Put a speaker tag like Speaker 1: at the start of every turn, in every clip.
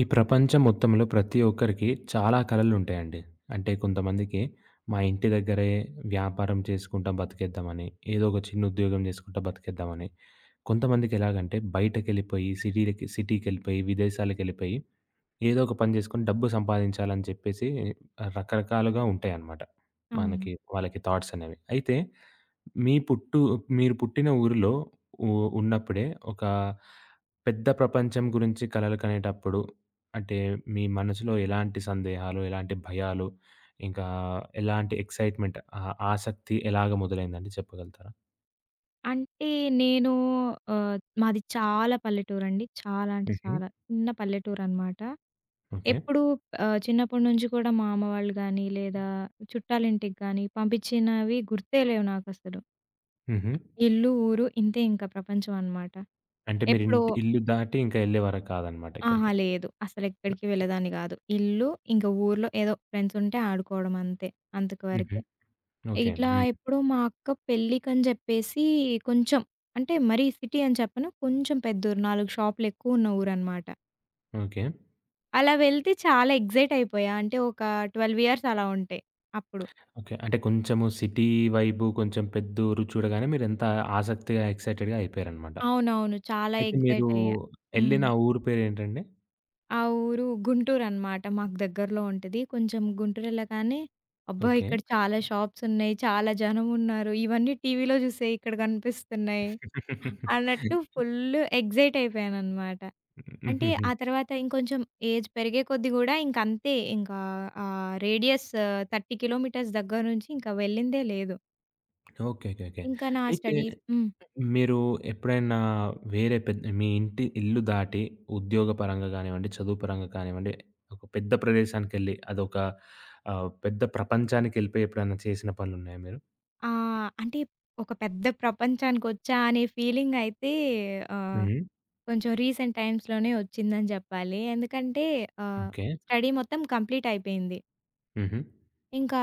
Speaker 1: ఈ ప్రపంచం మొత్తంలో ప్రతి ఒక్కరికి చాలా కళలు ఉంటాయండి. అంటే కొంతమందికి మా ఇంటి దగ్గరే వ్యాపారం చేసుకుంటా బతికేద్దామని, ఏదో ఒక చిన్న ఉద్యోగం చేసుకుంటా బతికేద్దామని. కొంతమందికి ఎలాగంటే బయటకెళ్ళిపోయి సిటీలకి సిటీకెళ్ళిపోయి, విదేశాలకెళ్ళిపోయి ఏదో ఒక పని జేసుకొని డబ్బు సంపాదించాలని చెప్పేసి రకరకాలుగా ఉంటాయన్నమాట.
Speaker 2: అవును.
Speaker 1: మనకి వాళ్ళకి థాట్స్ అనేవి. అయితే మీ పుట్టు మీరు పుట్టిన ఊరిలో ఉ ఉన్నప్పుడే ఒక పెద్ద ప్రపంచం గురించి కలలు కనేటప్పుడు అంటే మీ మనసులో ఎలాంటి సందేహాలు, ఎలాంటి భయాలు, ఇంకా ఎలాంటి ఎక్సైట్‌మెంట్, ఆసక్తి ఎలాగ మొదలైందండి చెప్పగలుగుతారా?
Speaker 2: అంటే నేను మాది చాలా పల్లెటూరండి. చాలా అంటే
Speaker 1: హుహు.
Speaker 2: చాలా. చిన్న పల్లెటూరనమాట.
Speaker 1: ఓకే.
Speaker 2: ఎప్పుడూ చిన్నప్పటి నుంచి కూడా మా అమ్మ వాళ్ళు గానీ, లేదా చుట్టాలింటికి గానీ పంపించినవి గుర్తే లేవు నాకసలు.
Speaker 1: హుహు.
Speaker 2: ఇల్లు, ఊరు ఇంతే ఇంకా ప్రపంచం అనమాట.
Speaker 1: అంటే మీరు
Speaker 2: ఎప్పుడో
Speaker 1: ఇల్లు దాటి ఇంకా ఎళ్ళేవారు కాదనమాట
Speaker 2: అహా!
Speaker 1: ఎక్కడికి.
Speaker 2: లేదు. అసలెక్కడికి వెళ్ళేదాన్ని గాదు. ఇల్లు, ఇంక ఊర్లో ఏదో ఫ్రెండ్సుంటే ఆడుకోవడం అంతే. అంతకు
Speaker 1: హుహు.
Speaker 2: వరకే.
Speaker 1: ఓకే.
Speaker 2: ఇట్లా
Speaker 1: హ్మ్.
Speaker 2: ఎప్పుడో మా అక్క పెళ్ళికని జెప్పేసి కొంచెం అంటే మరీ సిటీ అని చెప్పను. కొంచెం పెద్ద ఊరు 4 షాపులెక్కువున్న ఊరనమాట.
Speaker 1: ఓకే.
Speaker 2: అలా వెళ్తే చాలా ఎక్సైట్ అయిపోయా. అంటే ఒక 12 ఇయర్స్ అలా ఉంటే అప్పుడు.
Speaker 1: ఓకే. అంటే కొంచెము సిటీ వైబు, కొంచెం పెద్దూరు చూడగానే మీరెంత ఆసక్తిగా, ఎక్సైటెడ్‌గా అయిపోయారనమాట.
Speaker 2: అవునవును. చాలా
Speaker 1: అయితే మీరు
Speaker 2: ఎక్సైట్ అయ్యా. హ్మ్.
Speaker 1: ఎళ్ళిన ఆ ఊరు పేరేంటండి?
Speaker 2: ఆ ఊరు గుంటూరనమాట. మాకు దగ్గరలో ఉంటది. కొంచెం గుంటూరెళ్ళగానే అబ్బా!
Speaker 1: ఓకే.
Speaker 2: ఇక్కడ చాలా షాప్సున్నాయి. చాలా జనమున్నారు. ఇవన్నీ టీవీలో జూసే ఇక్కడ గనిపిస్తున్నాయి. అన్నట్టు ఫుల్లు ఎక్సైట్ అయిపోయాననమాట. అంటే
Speaker 1: హుహుహు.
Speaker 2: ఆ తర్వాత ఇంకొంచెం ఏజ్ పెరిగే కొద్దీ గూడా ఇంకంతే. ఇంకా ఆ రేడియస్ 30 కిలోమీటర్స్ దగ్గర నుంచి ఇంకా వెళ్ళిందే లేదు.
Speaker 1: ఓకే. ఓకే. ఓకే.
Speaker 2: ఇంకా నా
Speaker 1: అయితే
Speaker 2: స్టడీస్.
Speaker 1: మీరు ఎప్పుడైనా వేరే పెద్ మీ ఇల్లు దాటి ఉద్యోగపరంగా గానివ్వండి, చదువు పరంగా కానివ్వండి, ఒక పెద్ద ప్రదేశానికెళ్ళి అదొక పెద్ద ప్రపంచానికెళ్ళిపోయి ఎప్పుడైనా చేసిన పనులున్నాయా మీరు?
Speaker 2: అంటే ఒక పెద్ద ప్రపంచానికొచ్చా అనే ఫీలింగ్ అయితే ఆహ్,
Speaker 1: హ్మ్.
Speaker 2: కొంచెం రీసెంట్ టైమ్స్‌లోనే వచ్చిందని జెప్పాలి. ఎందుకంటే ఆహ్,
Speaker 1: ఓకే.
Speaker 2: స్టడీ మొత్తం కంప్లీట్ అయిపోయింది.
Speaker 1: హుహు.
Speaker 2: ఇంకా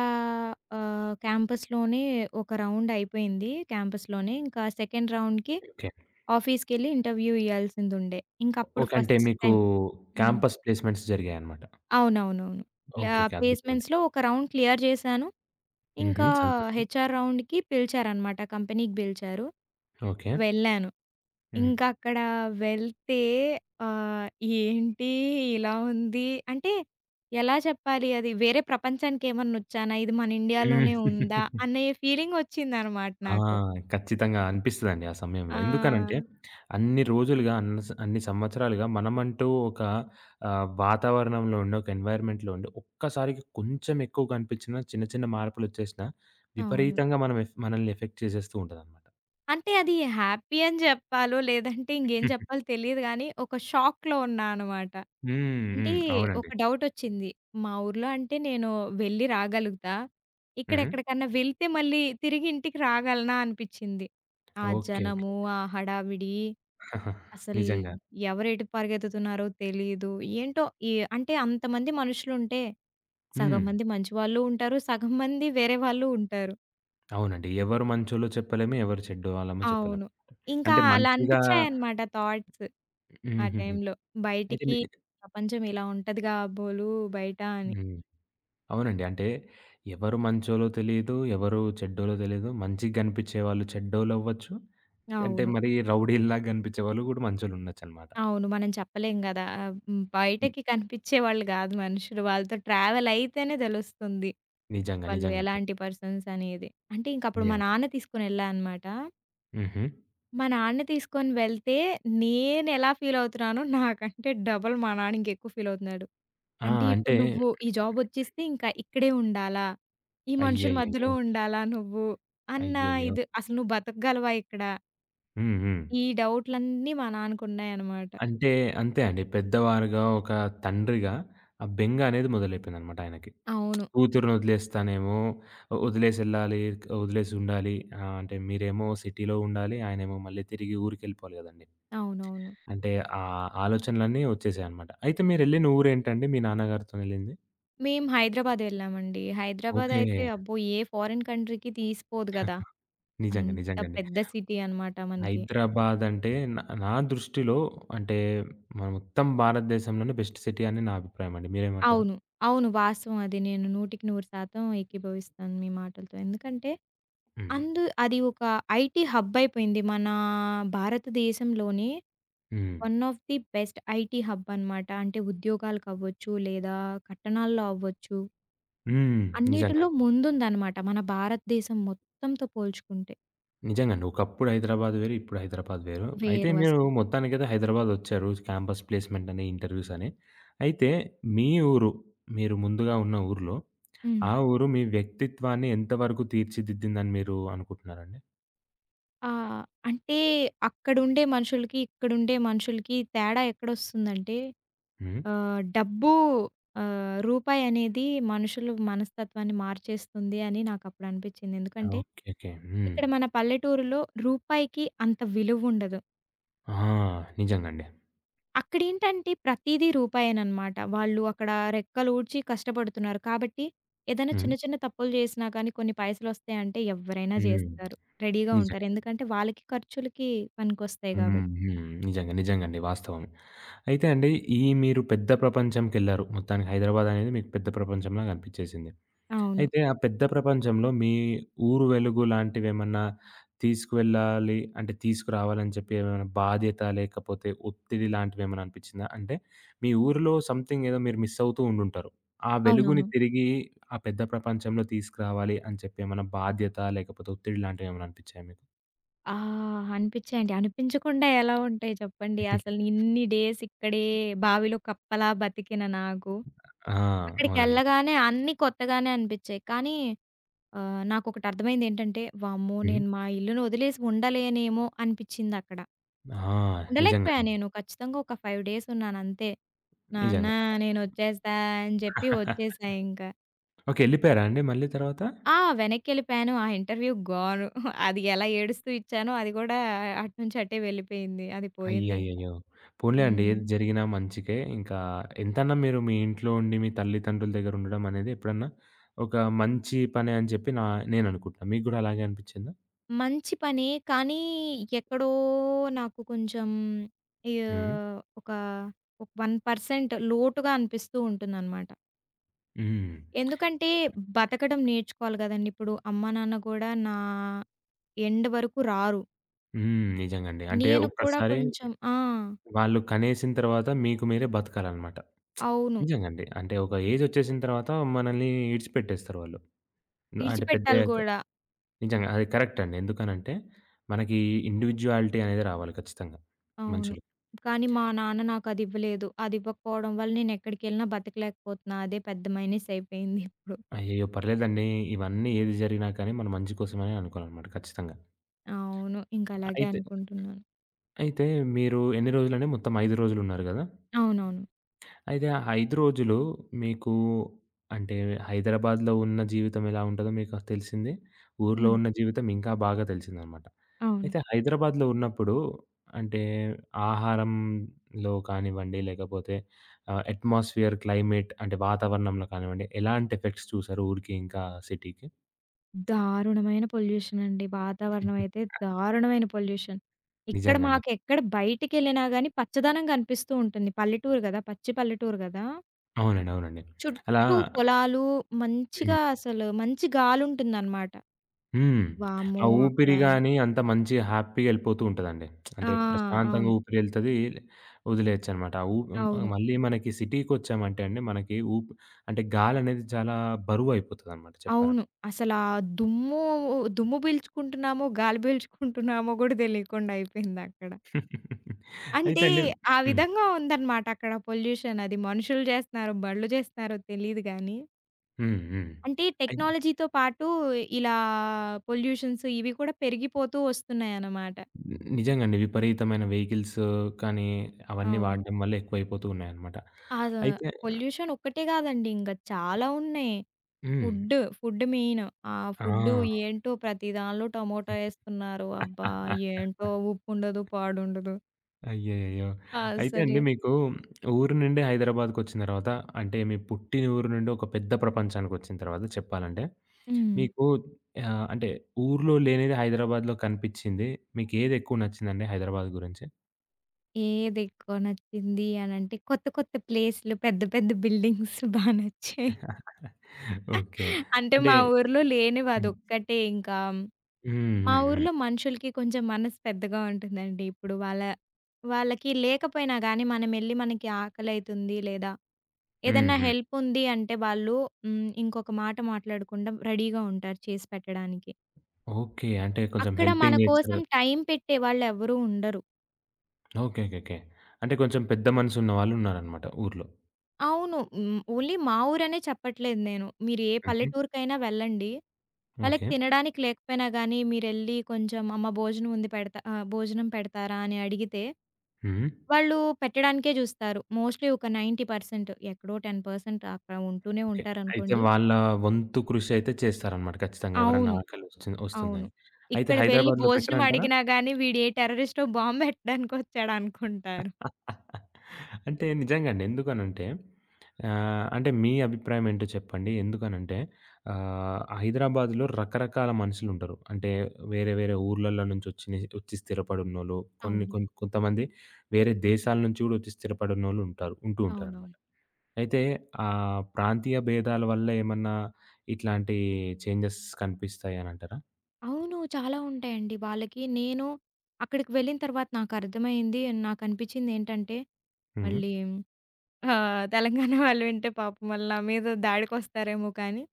Speaker 2: క్యాంపస్‌లోనే ఒక రౌండ్ అయిపోయింది క్యాంపస్‌లోనే. ఇంకా సెకండ్ రౌండ్‌కి
Speaker 1: ఓకే.
Speaker 2: ఆఫీస్‌కెళ్ళి ఇంటర్వ్యూ ఇయ్యాల్సిందుండే. ఇంకప్పుడు
Speaker 1: ఓకే. అంటే
Speaker 2: ఫస్ట్
Speaker 1: మీకు
Speaker 2: టైమ్ హ్మ్.
Speaker 1: క్యాంపస్ ప్లేస్‌మెంట్స్ జరిగాయన్నమాట.
Speaker 2: అవునవునవును. ప్లా
Speaker 1: ఓకే. ఓకే. అద్భుతమండి.
Speaker 2: ప్లేస్‌మెంట్స్‌లో ఒక రౌండ్ క్లియర్ చేశాను.
Speaker 1: హుహు.
Speaker 2: ఇంకా
Speaker 1: సంతోషం.
Speaker 2: హెచ్ఆర్ రౌండ్‌కి పిలిచారనమాట. కంపెనీకి పిలిచారు.
Speaker 1: ఓకే.
Speaker 2: వెళ్ళాను.
Speaker 1: హ్మ్.
Speaker 2: ఇంకా అక్కడ వెళ్తే ఆహ్, ఏంటి ఇలా ఉంది. అంటే ఎలా చెప్పాలి అది వేరే ప్రపంచానికేమన్నొచ్చానా? ఇది మన ఇండియాలోనే ఉందా?
Speaker 1: హ్మ్.
Speaker 2: అనే ఫీలింగొచ్చిందనమాట
Speaker 1: ఆ!
Speaker 2: నాకు.
Speaker 1: ఖచ్చితంగా అనిపిస్తదండి ఆ సమయంలో. ఎందుకనంటే
Speaker 2: ఆ!
Speaker 1: అన్ని రోజులుగా అన్ని సంవత్సరాలుగా మనమంటూ ఒక వాతావరణంలో ఉండి, ఒక ఎన్వైర్న్‌మెంట్‌లో ఉండి ఒక్కసారిగా కొంచెం ఎక్కువ కనిపించినా చిన్న చిన్న మార్పులొచ్చేసినా
Speaker 2: అవును.
Speaker 1: విపరీతంగా మనం మనల్ని ఎఫెక్ట్ చేసేస్తూ ఉంటదన్నమాట.
Speaker 2: అంటే అది హ్యాపీ అని చెప్పాలో, లేదంటే ఇంకేం చెప్పాలో తెలీదు గానీ, ఒక షాక్‌లో ఉన్నా అనమాట.
Speaker 1: హ్మ్.
Speaker 2: అంటే
Speaker 1: హ్మ్.
Speaker 2: ఒక
Speaker 1: అవునండి.
Speaker 2: డౌటొచ్చింది. మా ఊర్లో అంటే నేను వెళ్ళి రాగలుగుతా.
Speaker 1: హ్మ్.
Speaker 2: ఇక్కడెక్కడికన్నా వెళ్తే మళ్ళీ తిరిగి ఇంటికి రాగలనా అనిపిచ్చింది. ఆ
Speaker 1: ఓకే.
Speaker 2: జనము,
Speaker 1: ఓకే.
Speaker 2: ఆ హడావిడి అసలు
Speaker 1: నిజంగా.
Speaker 2: ఎవరెటు పరిగెత్తుతున్నారో తెలీదు. ఏంటో ఈ అంటే అంతమంది మనుషులుంటే, సగం
Speaker 1: హ్మ్.
Speaker 2: మంది మంచి వాళ్ళు ఉంటారు. సగం మంది వేరే వాళ్ళు ఉంటారు.
Speaker 1: అవునండి. ఎవరు మంచోళ్ళో చెప్పలేము. ఎవరు చెడ్డవాళ్ళమో చెప్పలేము.
Speaker 2: అవును. ఇంకా
Speaker 1: అంటే
Speaker 2: అలా
Speaker 1: మంచిగా
Speaker 2: అనిపిచ్చాయన్నమాట థాట్స్. ఆ
Speaker 1: హుహుహు.
Speaker 2: టైంలో.
Speaker 1: అయితే మీ
Speaker 2: బయటికి ప్రపంచం ఇలా ఉంటది కాబోలు బయట అని.
Speaker 1: హ్మ్. అవునండి. అంటే ఎవరు మంచోళ్ళో తెలీదు. ఎవరు చెడ్డోలో తెలీదు. మంచిగా గనిపించే వాళ్ళు చెడ్డోళ్ళవ్వచ్చు. అంటే
Speaker 2: అవును.
Speaker 1: మరి రౌడీల్లాగా గనిపించే వాళ్ళు గూడా మంచోళ్ళుండొచ్చనమాట.
Speaker 2: అవును. మనం చెప్పలేం గదా! ఆహ్, హ్మ్.
Speaker 1: ని
Speaker 2: బయటకి కనిపిచ్చేవాళ్ళు గాదు మనుషులు. వాళ్ళతో ట్రావెల్ అయితేనే తెలుస్తుంది.
Speaker 1: నిజంగా.
Speaker 2: వాళ్ళు
Speaker 1: నిజంగండి.
Speaker 2: ఎలాంటి పర్సన్స్ అనేది. అంటే ఇంకప్పుడు మా
Speaker 1: నిజంగా.
Speaker 2: నాన్న తీసుకొనెళ్ళా అనమాట.
Speaker 1: హుహు.
Speaker 2: మా నాన్న తీసుకొని వెళ్తే నేనెలా ఫీల్ అవుతున్నానో నాకంటే డబుల్ మా నాన్న ఇంకెక్కువ ఫీల్ అవుతున్నాడు.
Speaker 1: ఆ!
Speaker 2: అంటే
Speaker 1: అంటే
Speaker 2: ఇప్పుడు నువ్వు ఈ జాబ్ వచ్చేస్తే ఇంకా ఇక్కడే ఉండాలా? ఈ మనుషుల మధ్యలో
Speaker 1: అయ్యయ్యయ్యో!
Speaker 2: ఉండాలా నువ్వు? అన్న
Speaker 1: అయ్యయ్యో!
Speaker 2: ఇది అసలు నువ్వు బతకగలవా ఇక్కడ?
Speaker 1: హ్మ్. హ్మ్.
Speaker 2: ఈ డౌట్‌లన్నీ మా నాన్నకున్నాయనమాట.
Speaker 1: అంటే అంతే అండి. పెద్దవారుగా ఒక తండ్రిగా ఆ బెంగ అనేది మొదలైపోయిందనమాట ఆయనకి.
Speaker 2: అవును.
Speaker 1: కూతురిని వదిలేస్తానేమో, వదిలేసెళ్ళాలి, వదిలేసి ఉండాలి. అంటే మీరేమో సిటీలో ఉండాలి. ఆయనేమో మళ్ళీ తిరిగి ఊరికెళ్ళిపోవాలి గదండీ.
Speaker 2: అవునవును.
Speaker 1: అంటే ఆ ఆలోచనలన్నీ వచ్చేసాయనమాట. అయితే మీరెళ్ళిన ఊరేంటండి? మీ నాన్నగారితోనెళ్ళింది?
Speaker 2: మేము హైదరాబాద్ వెళ్ళామండి. హైదరాబాద్
Speaker 1: ఓకే.
Speaker 2: అయితే అబ్బో! ఏ ఫారిన్ కంట్రీకి తీసిపోదు కదా!
Speaker 1: నిజంగా.
Speaker 2: అంత
Speaker 1: నిజంగండి.
Speaker 2: పెద్ద సిటీ అనమాట మనకి.
Speaker 1: హైదరాబాద్ అంటే నా నా దృష్టిలో అంటే మన మొత్తం భారతదేశంలోనే బెస్ట్ సిటీ అని నా అభిప్రాయం అండి. మీరేమంటారు?
Speaker 2: అవును. అవును. వాస్తవం అది. నేను 100కి 100% ఏకీభవిస్తాను మీ మాటలతో. ఎందుకంటే
Speaker 1: హ్మ్.
Speaker 2: అందు అది ఒక ఐటీ హబ్ అయిపోయింది. మన భారతదేశంలోనే
Speaker 1: హ్మ్.
Speaker 2: One of the best IT hub అనమాట. అంటే ఉద్యోగాలకవ్వచ్చు, లేదా కట్టణాల్లో అవ్వచ్చు.
Speaker 1: హ్మ్. నిజంగా
Speaker 2: అన్నిటిలో
Speaker 1: అండి.
Speaker 2: ముందుందనమాట మన భారతదేశం మొత్తంతో పోల్చుకుంటే.
Speaker 1: నిజంగా అండి. ఒకప్పుడు హైదరాబాద్ వేరు, ఇప్పుడు హైదరాబాద్ వేరు. అయితే
Speaker 2: వేరు
Speaker 1: మీరు
Speaker 2: అసల.
Speaker 1: మొత్తానికైతే హైదరాబాదొచ్చారు. క్యాంపస్ ప్లేస్‌మెంట్ అని, ఇంటర్వ్యూస్ అని. అయితే మీ ఊరు, మీరు ముందుగా ఉన్న ఊర్లో,
Speaker 2: హ్మ్.
Speaker 1: ఆ ఊరు మీ వ్యక్తిత్వాన్ని ఎంత వరకు తీర్చిదిద్దిందని మీరు అనుకుంటున్నారండి?
Speaker 2: ఆ! అంటే అక్కడుండే మనుషులకి, ఇక్కడుండే మనుషులకి తేడా ఎక్కడొస్తుందంటే
Speaker 1: హ్మ్.
Speaker 2: డబ్బు రూపాయనేది మనుషులు మనస్తత్వాన్ని మార్చేస్తుంది అని నాకప్పుడు అనిపిచ్చింది. ఎందుకంటే
Speaker 1: ఓకే. ఓకే. హ్మ్.
Speaker 2: ఇక్కడ మన పల్లెటూరులో రూపాయికి అంత విలువుండదు.
Speaker 1: ఆ! నిజంగా అండి.
Speaker 2: అక్కడేంటంటే ప్రతీదీ రూపాయేననమాట. వాళ్ళు అక్కడ రెక్కలూడ్చి కష్టపడుతున్నారు. కాబట్టి ఏదైనా
Speaker 1: హ్మ్.
Speaker 2: చిన్న చిన్న తప్పులు చేసినా కానీ కొన్ని పైసలొస్తాయంటే ఎవ్వరైనా
Speaker 1: హ్మ్.
Speaker 2: జేస్తారు. రెడీగా ఉంటారు.
Speaker 1: నిజంగా.
Speaker 2: ఎందుకంటే వాళ్ళకి ఖర్చులకి పనికొస్తాయి
Speaker 1: హ్మ్.
Speaker 2: గాబట్టి.
Speaker 1: హ్మ్. నిజంగా. నిజంగా అండి. వాస్తవం. అయితే అండి, ఈ మీరు పెద్ద ప్రపంచంకెళ్లారు. మొత్తానికి హైదరాబాద్ అనేది మీకు పెద్ద ప్రపంచంలా కనిపించేసింది.
Speaker 2: అవును.
Speaker 1: అయితే ఆ పెద్ద ప్రపంచంలో మీ ఊరు వెలుగు లాంటివేమన్నా తీసుకువెళ్ళాలి అంటే తీసుకురావాలని చెప్పి ఏమైనా బాధ్యత లేకపోతే ఒత్తిడి లాంటివేమైనా అనిపిచ్చిందా? అంటే మీ ఊరిలో సంథింగ్ ఏదో మీరు మిస్ అవుతూ ఉండుంటారు. ఆ వెలుగుని
Speaker 2: అవునవును.
Speaker 1: తిరిగి ఆ పెద్ద ప్రపంచంలో తీసుకురావాలి అని చెప్పి ఏమైనా బాధ్యత లేకపోతే ఒత్తిడి లాంటివేమైనా అనిపిచ్చాయా మీకు?
Speaker 2: ఆ! అనిపిచ్చాయండి. అనిపించకుండా ఎలా ఉంటాయి చెప్పండి. అసలు ఇన్ని డేస్ ఇక్కడే బావిలో కప్పలా బతికిన నాకు
Speaker 1: ఆ! అవునండి.
Speaker 2: అక్కడికెళ్ళగానే అన్నీ కొత్తగానే అనిపిచ్చాయి. కానీ నాకొకటి అర్థమైందేంటంటే, వామ్మో!
Speaker 1: హ్మ్.
Speaker 2: నేను మా ఇల్లుని వదిలేసి ఉండలేనేమో అనిపిచ్చిందక్కడ.
Speaker 1: ఆ! నిజంగా
Speaker 2: ఉండలేకపోయా
Speaker 1: అండి.
Speaker 2: నేను. ఖచ్చితంగా ఒక 5 డేస్ ఉన్నానంతే. నాన్న
Speaker 1: నిజంగా.
Speaker 2: నేనొచ్చేస్తా అని చెప్పి వచ్చేసా ఇంక.
Speaker 1: ఓకే. ఎళ్ళిపోయారా అండి మళ్ళీ తర్వాత?
Speaker 2: ఆ! వెనక్కెళ్ళిపోయాను. ఆ ఇంటర్వ్యూ‌కి గోను. అది ఎలా ఏడుస్తూ ఇచ్చానో అది కూడా అటు నుంచి అటే వెళ్ళిపోయింది. అది పోయిందింక.
Speaker 1: అయ్యయ్యయ్యో! పోనీలెండి.
Speaker 2: హ్మ్.
Speaker 1: ఏది జరిగినా మంచికే. ఇంకా ఎంతన్నా మీరు మీ ఇంట్లో ఉండి, మీ తల్లిదండ్రుల దగ్గర ఉండడం అనేది ఎప్పుడన్నా ఒక మంచి పనే అని చెప్పి నేననుకుంటున్నా. మీకు గూడా అలాగే అనిపిచ్చిందా?
Speaker 2: మంచి పనే. కానీ ఎక్కడో నాకు కొంచెం య్
Speaker 1: హ్మ్.
Speaker 2: ఒక 1% లోటుగా అనిపిస్తూ ఉంటుందనమాట.
Speaker 1: హ్మ్.
Speaker 2: ఎందుకంటే, బతకడం నేర్చుకోవాలి గదండీ! ఇప్పుడు అమ్మా, నాన్న గూడా నా ఎండ్ వరకు రారు.
Speaker 1: హ్మ్. నిజంగండి. అంటే
Speaker 2: నేను కూడా
Speaker 1: ఒక్కసారి
Speaker 2: కొంచెం ఆ!
Speaker 1: వాళ్ళు కనేసిన తర్వాత మీకు మీరే బతకాలనమాట.
Speaker 2: అవును.
Speaker 1: నిజంగండి. అంటే ఒక ఏజొచ్చేసిన తర్వాత మనల్ని ఇడిచిపెట్టేస్తారు వాళ్ళు. అంటే
Speaker 2: ఇడిచిపెట్టాలి
Speaker 1: పెద్దయ్యాక
Speaker 2: గూడా.
Speaker 1: నిజంగా అది కరెక్ట్ అండి. ఎందుకనంటే మనకి ఇండివిడ్యుయాలిటీ అనేది రావాలి ఖచ్చితంగా
Speaker 2: అవును.
Speaker 1: మనుషులకి.
Speaker 2: కానీ మా నాన్న నాకదివ్వలేదు. అదివ్వకపోవడం వల్ల నేనెక్కడికెళ్ళినా బతకలేకపోతున్నా. అదే పెద్ద మైనస్ అయిపోయిందిప్పుడు.
Speaker 1: అయ్యయ్యో! పర్లేదండి. ఇవన్నీ ఏది జరిగినా కానీ మన మంచి కోసమనే అనుకోవాలనమాట ఖచ్చితంగా.
Speaker 2: అవును. ఇంకలాగే
Speaker 1: అయితే,
Speaker 2: అనుకుంటున్నాను.
Speaker 1: అయితే మీరు ఎన్ని రోజులండి? మొత్తం 5 రోజులున్నారు గదా!
Speaker 2: అవునవును.
Speaker 1: అయితే ఆ 5 రోజులు మీకు అంటే హైదరాబాద్‌లో ఉన్న జీవితం ఎలా ఉంటదో మీకు తెలిసిందే. ఊర్లో
Speaker 2: హ్మ్.
Speaker 1: ఉన్న జీవితం ఇంకా బాగా తెలిసిందనమాట.
Speaker 2: అవును.
Speaker 1: అయితే హైదరాబాద్‌లో ఉన్నప్పుడు అంటే ఆహారంలో కానివ్వండి, లేకపోతే అట్మాస్ఫియర్, క్లైమేట్ అంటే వాతావరణంలో కానివ్వండి, ఎలాంటి ఎఫెక్ట్స్ చూసారు ఊరికి ఇంకా సిటీకి?
Speaker 2: దారుణమైన పొల్యూషన్ అండి. వాతావరణం అయితే దారుణమైన పొల్యూషన్. ఇక్కడ
Speaker 1: నిజంగా అండి.
Speaker 2: మాకెక్కడ బయటికెళ్ళినా గాని పచ్చదనం కనిపిస్తూ ఉంటుంది. పల్లెటూరు గదా! పచ్చి పల్లెటూరు గదా!
Speaker 1: అవునండి. అవునండి. అలా
Speaker 2: చుట్టూ పొలాలు మంచిగా
Speaker 1: హ్మ్.
Speaker 2: అసలు మంచి గాలుంటుందనమాట.
Speaker 1: హ్మ్.
Speaker 2: వామ్మో!
Speaker 1: ఆ
Speaker 2: అక్కడ
Speaker 1: ఊపిరి గాని అంత మంచి హ్యాపీగా ఎళ్ళిపోతూ ఉంటదండి.
Speaker 2: ఆ!
Speaker 1: అంటే ప్రశాంతంగా
Speaker 2: అవును.
Speaker 1: ఊపిరి ఎళ్తది. వదిలేయొచ్చనమాట. ఆ ఊ
Speaker 2: అవును.
Speaker 1: మళ్ళీ మనకి సిటీకొచ్చామంటే అండి మనకి అంటే గాలనేది చాలా బరువయిపోతదనమాట
Speaker 2: అవును.
Speaker 1: చెప్పాలంటే.
Speaker 2: అసలా దుమ్ము దుమ్ము పీల్చుకుంటున్నామో, గాలి పీల్చుకుంటున్నామో గూడా తెలీకుండా అయిపోయిందక్కడ. అంటే,
Speaker 1: అయితే అండి
Speaker 2: ఆ
Speaker 1: హ్మ్.
Speaker 2: విధంగా ఉందనమాట అక్కడ పొల్యూషన్ అది. మనుషులు చేస్తున్నారో, బళ్ళు చేస్తున్నారో తెలీదు గానీ,
Speaker 1: హ్మ్. హ్మ్.
Speaker 2: అంటే
Speaker 1: అయితే
Speaker 2: టెక్నాలజీతో పాటు ఇలా పొల్యూషన్స్ ఇవి కూడా పెరిగిపోతూ వస్తున్నాయనమాట.
Speaker 1: నిజంగండి. విపరీతమైన వెహికల్స్ కానీ అవన్నీ
Speaker 2: అవును.
Speaker 1: వాడడం వల్ల ఎక్కువైపోతూ ఉన్నాయనమాట.
Speaker 2: అద
Speaker 1: అయితే
Speaker 2: పొల్యూషన్ ఒక్కటే గాదండి. ఇంక చాలా ఉన్నాయి.
Speaker 1: హ్మ్.
Speaker 2: Food, food main. ఆ
Speaker 1: ఆ!
Speaker 2: ఫుడ్డు ఏంటో ప్రతి దానిలో టమోటా ఏస్తున్నారు. అబ్బా! ఏంటో ఉప్పుండదు, పాడుండదు.
Speaker 1: అయ్యయ్యో! అయితే
Speaker 2: అసలే
Speaker 1: అండి మీకు ఊరు నుండి హైదరాబాద్‌కొచ్చిన తర్వాత అంటే మీ పుట్టిన ఊరు నుండి ఒక పెద్ద ప్రపంచానికొచ్చిన తర్వాత చెప్పాలంటే,
Speaker 2: హ్మ్.
Speaker 1: మీకు అంటే ఊర్లో లేనిది హైదరాబాద్‌లో కనిపిచ్చింది. మీకేది ఎక్కువ నచ్చిందండి హైదరాబాద్ గురించి?
Speaker 2: ఏదెక్కువ నచ్చింది అనంటే, కొత్త కొత్త ప్లేస్‌లు, పెద్ద పెద్ద బిల్డింగ్స్ బా నచ్చాయి.
Speaker 1: ఓకే.
Speaker 2: అంటే
Speaker 1: అంటే
Speaker 2: మా ఊర్లో లేనివి
Speaker 1: హ్మ్.
Speaker 2: అదొక్కటే ఇంకా.
Speaker 1: హ్మ్.
Speaker 2: మా
Speaker 1: హ్మ్. హ్మ్.
Speaker 2: ఊర్లో మనుషులకి కొంచెం మనసు పెద్దగా ఉంటుందండి. ఇప్పుడు వాళ్ళకి లేకపోయినా గానీ మనమెళ్లి మనకి ఆకలైతుంది లేదా
Speaker 1: హ్మ్.
Speaker 2: ఏదన్నా
Speaker 1: హ్మ్.
Speaker 2: హెల్ప్ ఉంది అంటే వాళ్ళు ఇంకొక మాట మాట్లాడకుండా రెడీగా ఉంటారు చేసి పెట్టడానికి.
Speaker 1: ఓకే. అంటే కొంచెం
Speaker 2: అక్కడ మన
Speaker 1: హెల్పింగ్ నేచర్
Speaker 2: కోసం టైం పెట్టేవాళ్ళెవరూ ఉండరు.
Speaker 1: ఓకే. ఓకే. ఓకే. అంటే కొంచెం పెద్ద మనసున్న వాళ్ళున్నారనమాట ఊర్లో.
Speaker 2: అవును. హ్మ్. ఓన్లీ మా ఊరనే చెప్పట్లేదు నేను. మీరు ఏ
Speaker 1: హుహు.
Speaker 2: పల్లెటూరికైనా వెళ్ళండి. వాళ్ళకి
Speaker 1: ఓకే.
Speaker 2: తినడానికి లేకపోయినా గానీ మీరెళ్లి కొంచెం అమ్మ భోజనం ఉంది పెడతా భోజనం పెడతారా అని అడిగితే
Speaker 1: హ్మ్.
Speaker 2: వాళ్ళు పెట్టడానికే జూస్తారు. మోస్ట్‌లీ ఒక 90% ఎక్కడో 10% అక్కడ ఉంటూనే
Speaker 1: ఓకే. అయితే
Speaker 2: ఉంటారనుకోండి.
Speaker 1: వాళ్ళ వంతు కృషి అయితే చేస్తారనమాట ఖచ్చితంగా ఎవరన్నా
Speaker 2: అవును.
Speaker 1: ఆకలొచ్చి
Speaker 2: అవును.
Speaker 1: ఒస్తుందని. అయితే
Speaker 2: ఇక్కడ వెళ్లి
Speaker 1: హైదరాబాద్‌లో
Speaker 2: భోజనం
Speaker 1: పెట్టరంటారా?
Speaker 2: అడిగినా గానీ వీడు ఏ టెర్రరిస్టో బాంబ్ పెట్టడానికొచ్చాడనుకుంటారు.
Speaker 1: అంటే నిజంగా అండి. ఎందుకనంటే అంటే మీ అభిప్రాయం ఏంటో చెప్పండి. ఎందుకనంటే హైదరాబాద్‌లో రకరకాల మనుషులుంటరు. అంటే వేరే వేరే ఊర్లల్లో నుంచి ఒచ్చి స్థిరపడున్నోళ్ళు, కొన్ని
Speaker 2: అవును.
Speaker 1: కొన్ కొంతమంది వేరే దేశాల నుంచి గూడా ఒచ్చి స్థిరపడున్నోళ్ళు ఉంటారు. ఉంటూ
Speaker 2: అవునవును.
Speaker 1: ఉంటారనమాట. అయితే ప్రాంతీయ భేదాల వల్ల ఏమన్నా ఇట్లాంటి చేంజెస్ కనిపిస్తాయనంటారా?
Speaker 2: అవును. చాలా ఉంటాయండి వాళ్ళకి. నేను అక్కడికి వెళ్ళిన తర్వాత నాకర్థమైంది, నాకనిపించిందేంటంటే,
Speaker 1: హ్మ్.
Speaker 2: మళ్ళీ తెలంగాణ వాళ్ళు వింటే పాపం వాళ్ళు నా మీద దాడికొస్తారేమో కానీ,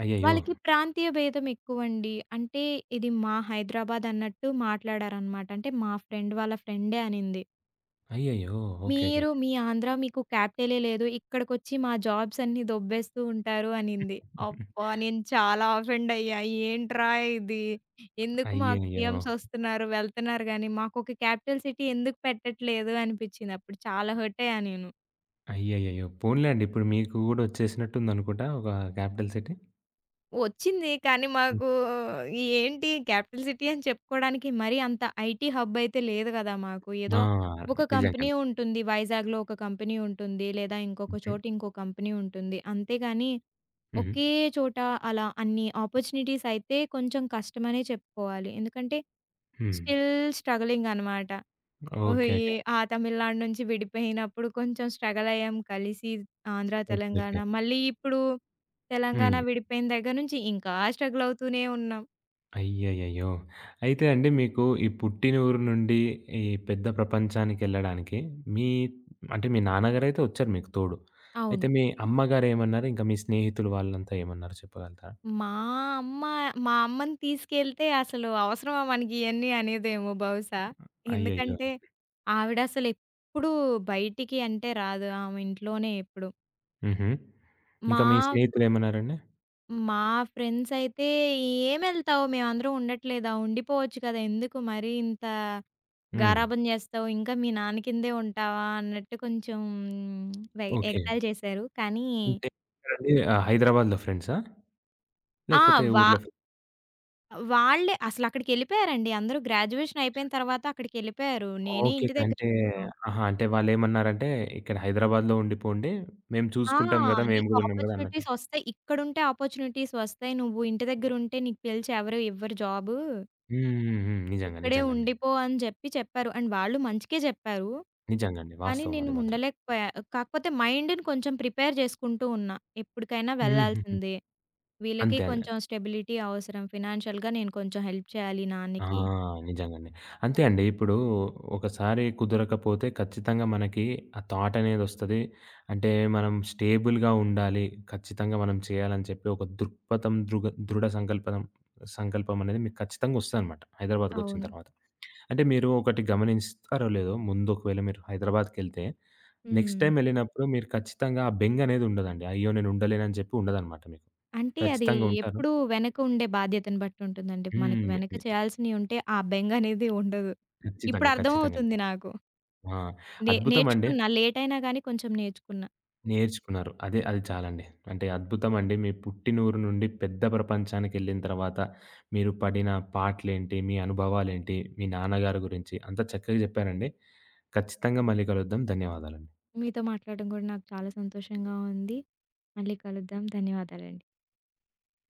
Speaker 1: అయ్యయ్యో!
Speaker 2: వాళ్ళకి ప్రాంతీయ భేదం ఎక్కువండి. అంటే ఇది మా హైదరాబాద్ అన్నట్టు మాట్లాడారనమాట. అంటే మా ఫ్రెండ్ వాళ్ళ ఫ్రెండే అనింది.
Speaker 1: అయ్యయ్యో! ఓకే. ఓకే.
Speaker 2: మీరు మీ ఆంధ్ర మీకు క్యాపిటలే లేదు. ఇక్కడికొచ్చి మా జాబ్స్ అన్నీ దొబ్బేస్తూ ఉంటారు అనింది. అబ్బా! నేను చాలా అఫెండ్ అయ్యా. ఏంట్రా ఇది? ఎందుకు మాకు
Speaker 1: అయ్యయ్యో!
Speaker 2: సీఎమ్స్ వస్తున్నారు, వెళ్తున్నారు గానీ, మాకొక క్యాపిటల్ సిటీ ఎందుకు పెట్టట్లేదు అనిపిచ్చింది. అప్పుడు చాలా హర్ట్ అయ్యా నేను.
Speaker 1: అయ్యయ్యయ్యో! పోనీలెండి. ఇప్పుడు మీకు గూడా వచ్చేసినట్టుందనుకుంటా ఒక క్యాపిటల్ సిటీ?
Speaker 2: వచ్చింది కానీ
Speaker 1: హ్మ్.
Speaker 2: మాకు ఏంటి క్యాపిటల్ సిటీ అని చెప్పుకోవడానికి మరీ అంత ఐటీ హబ్ అయితే లేదు గదా! మాకు.
Speaker 1: ఆ!
Speaker 2: ఏదో ఒక కంపెనీ
Speaker 1: నిజంగానే.
Speaker 2: ఉంటుంది. వైజాగ్‌లో ఒక కంపెనీ ఉంటుంది. లేదా ఇంకొక
Speaker 1: హుహు.
Speaker 2: చోట ఇంకో కంపెనీ ఉంటుంది. అంతేగాని
Speaker 1: హుహు.
Speaker 2: ఒకే చోట అలా అన్ని ఆపర్చునిటీస్ అయితే కొంచెం కష్టమనే చెప్పుకోవాలి. ఎందుకంటే
Speaker 1: హ్మ్.
Speaker 2: స్టిల్ స్ట్రగలింగ్ అనమాట. ఓహో!
Speaker 1: ఓకే.
Speaker 2: ఈ
Speaker 1: ఓకే.
Speaker 2: ఆ తమిళనాడు నుంచి విడిపోయినప్పుడు కొంచెం స్ట్రగల్ అయ్యాం కలిసి ఆంధ్ర,
Speaker 1: ఓకే.
Speaker 2: తెలంగాణ.
Speaker 1: ఓకే.
Speaker 2: మళ్ళీ ఇప్పుడు తెలంగాణ
Speaker 1: హ్మ్.
Speaker 2: విడిపోయిన దగ్గర నుంచి ఇంకా స్ట్రగల్ అవుతూనే ఉన్నాం.
Speaker 1: అయ్యయ్యయ్యో! అయితే అండి మీకు ఈ పుట్టిన ఊరు నుండి ఈ పెద్ద ప్రపంచానికెళ్ళడానికి మీ అంటే మీ నాన్నగారైతే వచ్చారు మీకు తోడు.
Speaker 2: అవును.
Speaker 1: అయితే మీ అమ్మగారేమన్నారు? ఇంకా మీ స్నేహితులు వాళ్ళంతా ఏమన్నారు చెప్పగలుగుతారా?
Speaker 2: మా అమ్మ మా అమ్మని తీసుకెళ్తే అసలు అవసరమా మనకి ఇయన్నీ అనేదేమో బహుశా.
Speaker 1: అయ్యయ్యో!
Speaker 2: ఎందుకంటే ఆవిడ అసలెప్పుడూ బయటికి అంటే రాదు. ఆమె ఇంట్లోనే ఎప్పుడు.
Speaker 1: హుహు. ఇంకా
Speaker 2: మా
Speaker 1: మీ స్నేహితులేమన్నారండి?
Speaker 2: మా ఫ్రెండ్సయితే, "ఏమెళ్తావు? మేమందరం ఉండట్లేదా? ఉండిపోవచ్చు కదా! ఎందుకు మరీ ఇంత
Speaker 1: హ్మ్.
Speaker 2: గారాబం చేస్తావు? ఇంకా మీ నాన్న కిందే ఉంటావా?" అన్నట్టు కొంచెం
Speaker 1: ఓకే.
Speaker 2: ఎగతాళి చేశారు. కానీ
Speaker 1: అంటే ఎక్కడండి హైదరాబాద్‌లో ఫ్రెండ్సా?
Speaker 2: ఆ!
Speaker 1: లేకపోతే
Speaker 2: వా
Speaker 1: ఊర్లో ఫ్రెండ్సా?
Speaker 2: వాళ్ళే అసలక్కడికెళ్ళిపోయారండి. అందరూ గ్రాడ్యుయేషన్ అయిపోయిన తర్వాత అక్కడికెళ్ళిపోయారు. నేనే
Speaker 1: ఓకే.
Speaker 2: ఇంటి దగ్గర
Speaker 1: అంటే
Speaker 2: హ్మ్.
Speaker 1: ఆహా! అంటే వాళ్ళేమన్నారంటే ఇక్కడ హైదరాబాద్‌లో ఉండిపోండి. మేము
Speaker 2: ఆ!
Speaker 1: చూసుకుంటాం గదా! మేము
Speaker 2: "నీకు
Speaker 1: గూడా ఉన్నాం గదా! అన్నట్టు.
Speaker 2: ఆపర్చునిటీస్ వస్తాయి. ఇక్కడుంటే ఆపర్చునిటీస్ వస్తాయి. నువ్వు ఇంటి దగ్గరుంటే నీకు పిలిచి ఎవరు ఇవ్వరు జాబు."
Speaker 1: హ్మ్. హ్మ్. హ్మ్. నిజంగా.
Speaker 2: ఇక్కడే
Speaker 1: నిజంగా అండి.
Speaker 2: ఉండిపో అని చెప్పి చెప్పారు. అండ్ వాళ్ళు మంచికే జెప్పారు.
Speaker 1: నిజంగండి.
Speaker 2: కానీ
Speaker 1: వాస్తవం
Speaker 2: నేను
Speaker 1: అది మాత్రం.
Speaker 2: ఉండలేకపోయా. కాకపోతే మైండ్‌ని కొంచెం ప్రిపేర్ చేసుకుంటూ ఉన్నా. ఎప్పటికైనా
Speaker 1: హుహుహు.
Speaker 2: వెళ్ళాల్సిందే. వీళ్ళకి
Speaker 1: అంతే అండి.
Speaker 2: కొంచెం స్టెబిలిటీ అవసరం. ఫినాన్షియల్‌గా నేను కొంచెం హెల్ప్ చేయాలి
Speaker 1: ఆ!
Speaker 2: నాన్నకి.
Speaker 1: నిజంగండి. అంతే అండి. ఇప్పుడు ఒకసారి కుదరకపోతే ఖచ్చితంగా మనకి ఆ థాట్ అనేదొస్తది. అంటే మనం స్టేబుల్‌గా ఉండాలి. ఖచ్చితంగా మనం చేయాలని చెప్పి ఒక దృక్పథం, దృఢ సంకల్పం అనేది మీకు ఖచ్చితంగా వస్తదనమాట హైదరాబాద్‌కొచ్చిన
Speaker 2: అవును.
Speaker 1: తర్వాత. అంటే మీరు ఒకటి గమనిస్తారో లేదో ముందు ఒకవేళ మీరు హైదరాబాద్‌కెళ్తే నెక్స్ట్
Speaker 2: హ్మ్.
Speaker 1: టైమ్ ఎళ్ళినప్పుడు మీరు ఖచ్చితంగా ఆ బెంగనేది ఉండదండి. అయ్యో! నేను ఉండలేనని చెప్పి ఉండదనమాట మీకు.
Speaker 2: అంటే అది
Speaker 1: ఖచ్చితంగా ఉంటారు.
Speaker 2: ఎప్పుడు వెనక ఉండే బాధ్యతను బట్టి ఉంటుందండి. మనకి
Speaker 1: హ్మ్.
Speaker 2: వెనక
Speaker 1: ని
Speaker 2: చేయాల్సినయి ఉంటే ఆ బెంగ అనేది ఉండదు. ఇప్పుడు
Speaker 1: ఖచ్చితంగా. ఖచ్చితంగండి.
Speaker 2: అర్థమవుతుంది నాకు.
Speaker 1: ఆ! అద్భుతమండి.
Speaker 2: నేర్చుకున్నా లేట్ అయినా గానీ కొంచెం నేర్చుకున్నా.
Speaker 1: నేర్చుకున్నారు. అదే అది చాలండి. అంటే అద్భుతమండి. మీ పుట్టినూరు నుండి పెద్ద ప్రపంచానికెళ్ళిన తర్వాత మీరు పడిన పాట్లేంటి, మీ అనుభవాలేంటి, మీ నాన్నగారి గురించి అంతా చక్కగా చెప్పారండి. ఖచ్చితంగా మళ్ళీ కలుద్దాం. ధన్యవాదాలండి.
Speaker 2: మీతో మాట్లాడడం కూడా నాకు చాలా సంతోషంగా ఉంది. మళ్ళీ కలుద్దాం. ధన్యవాదాలండి.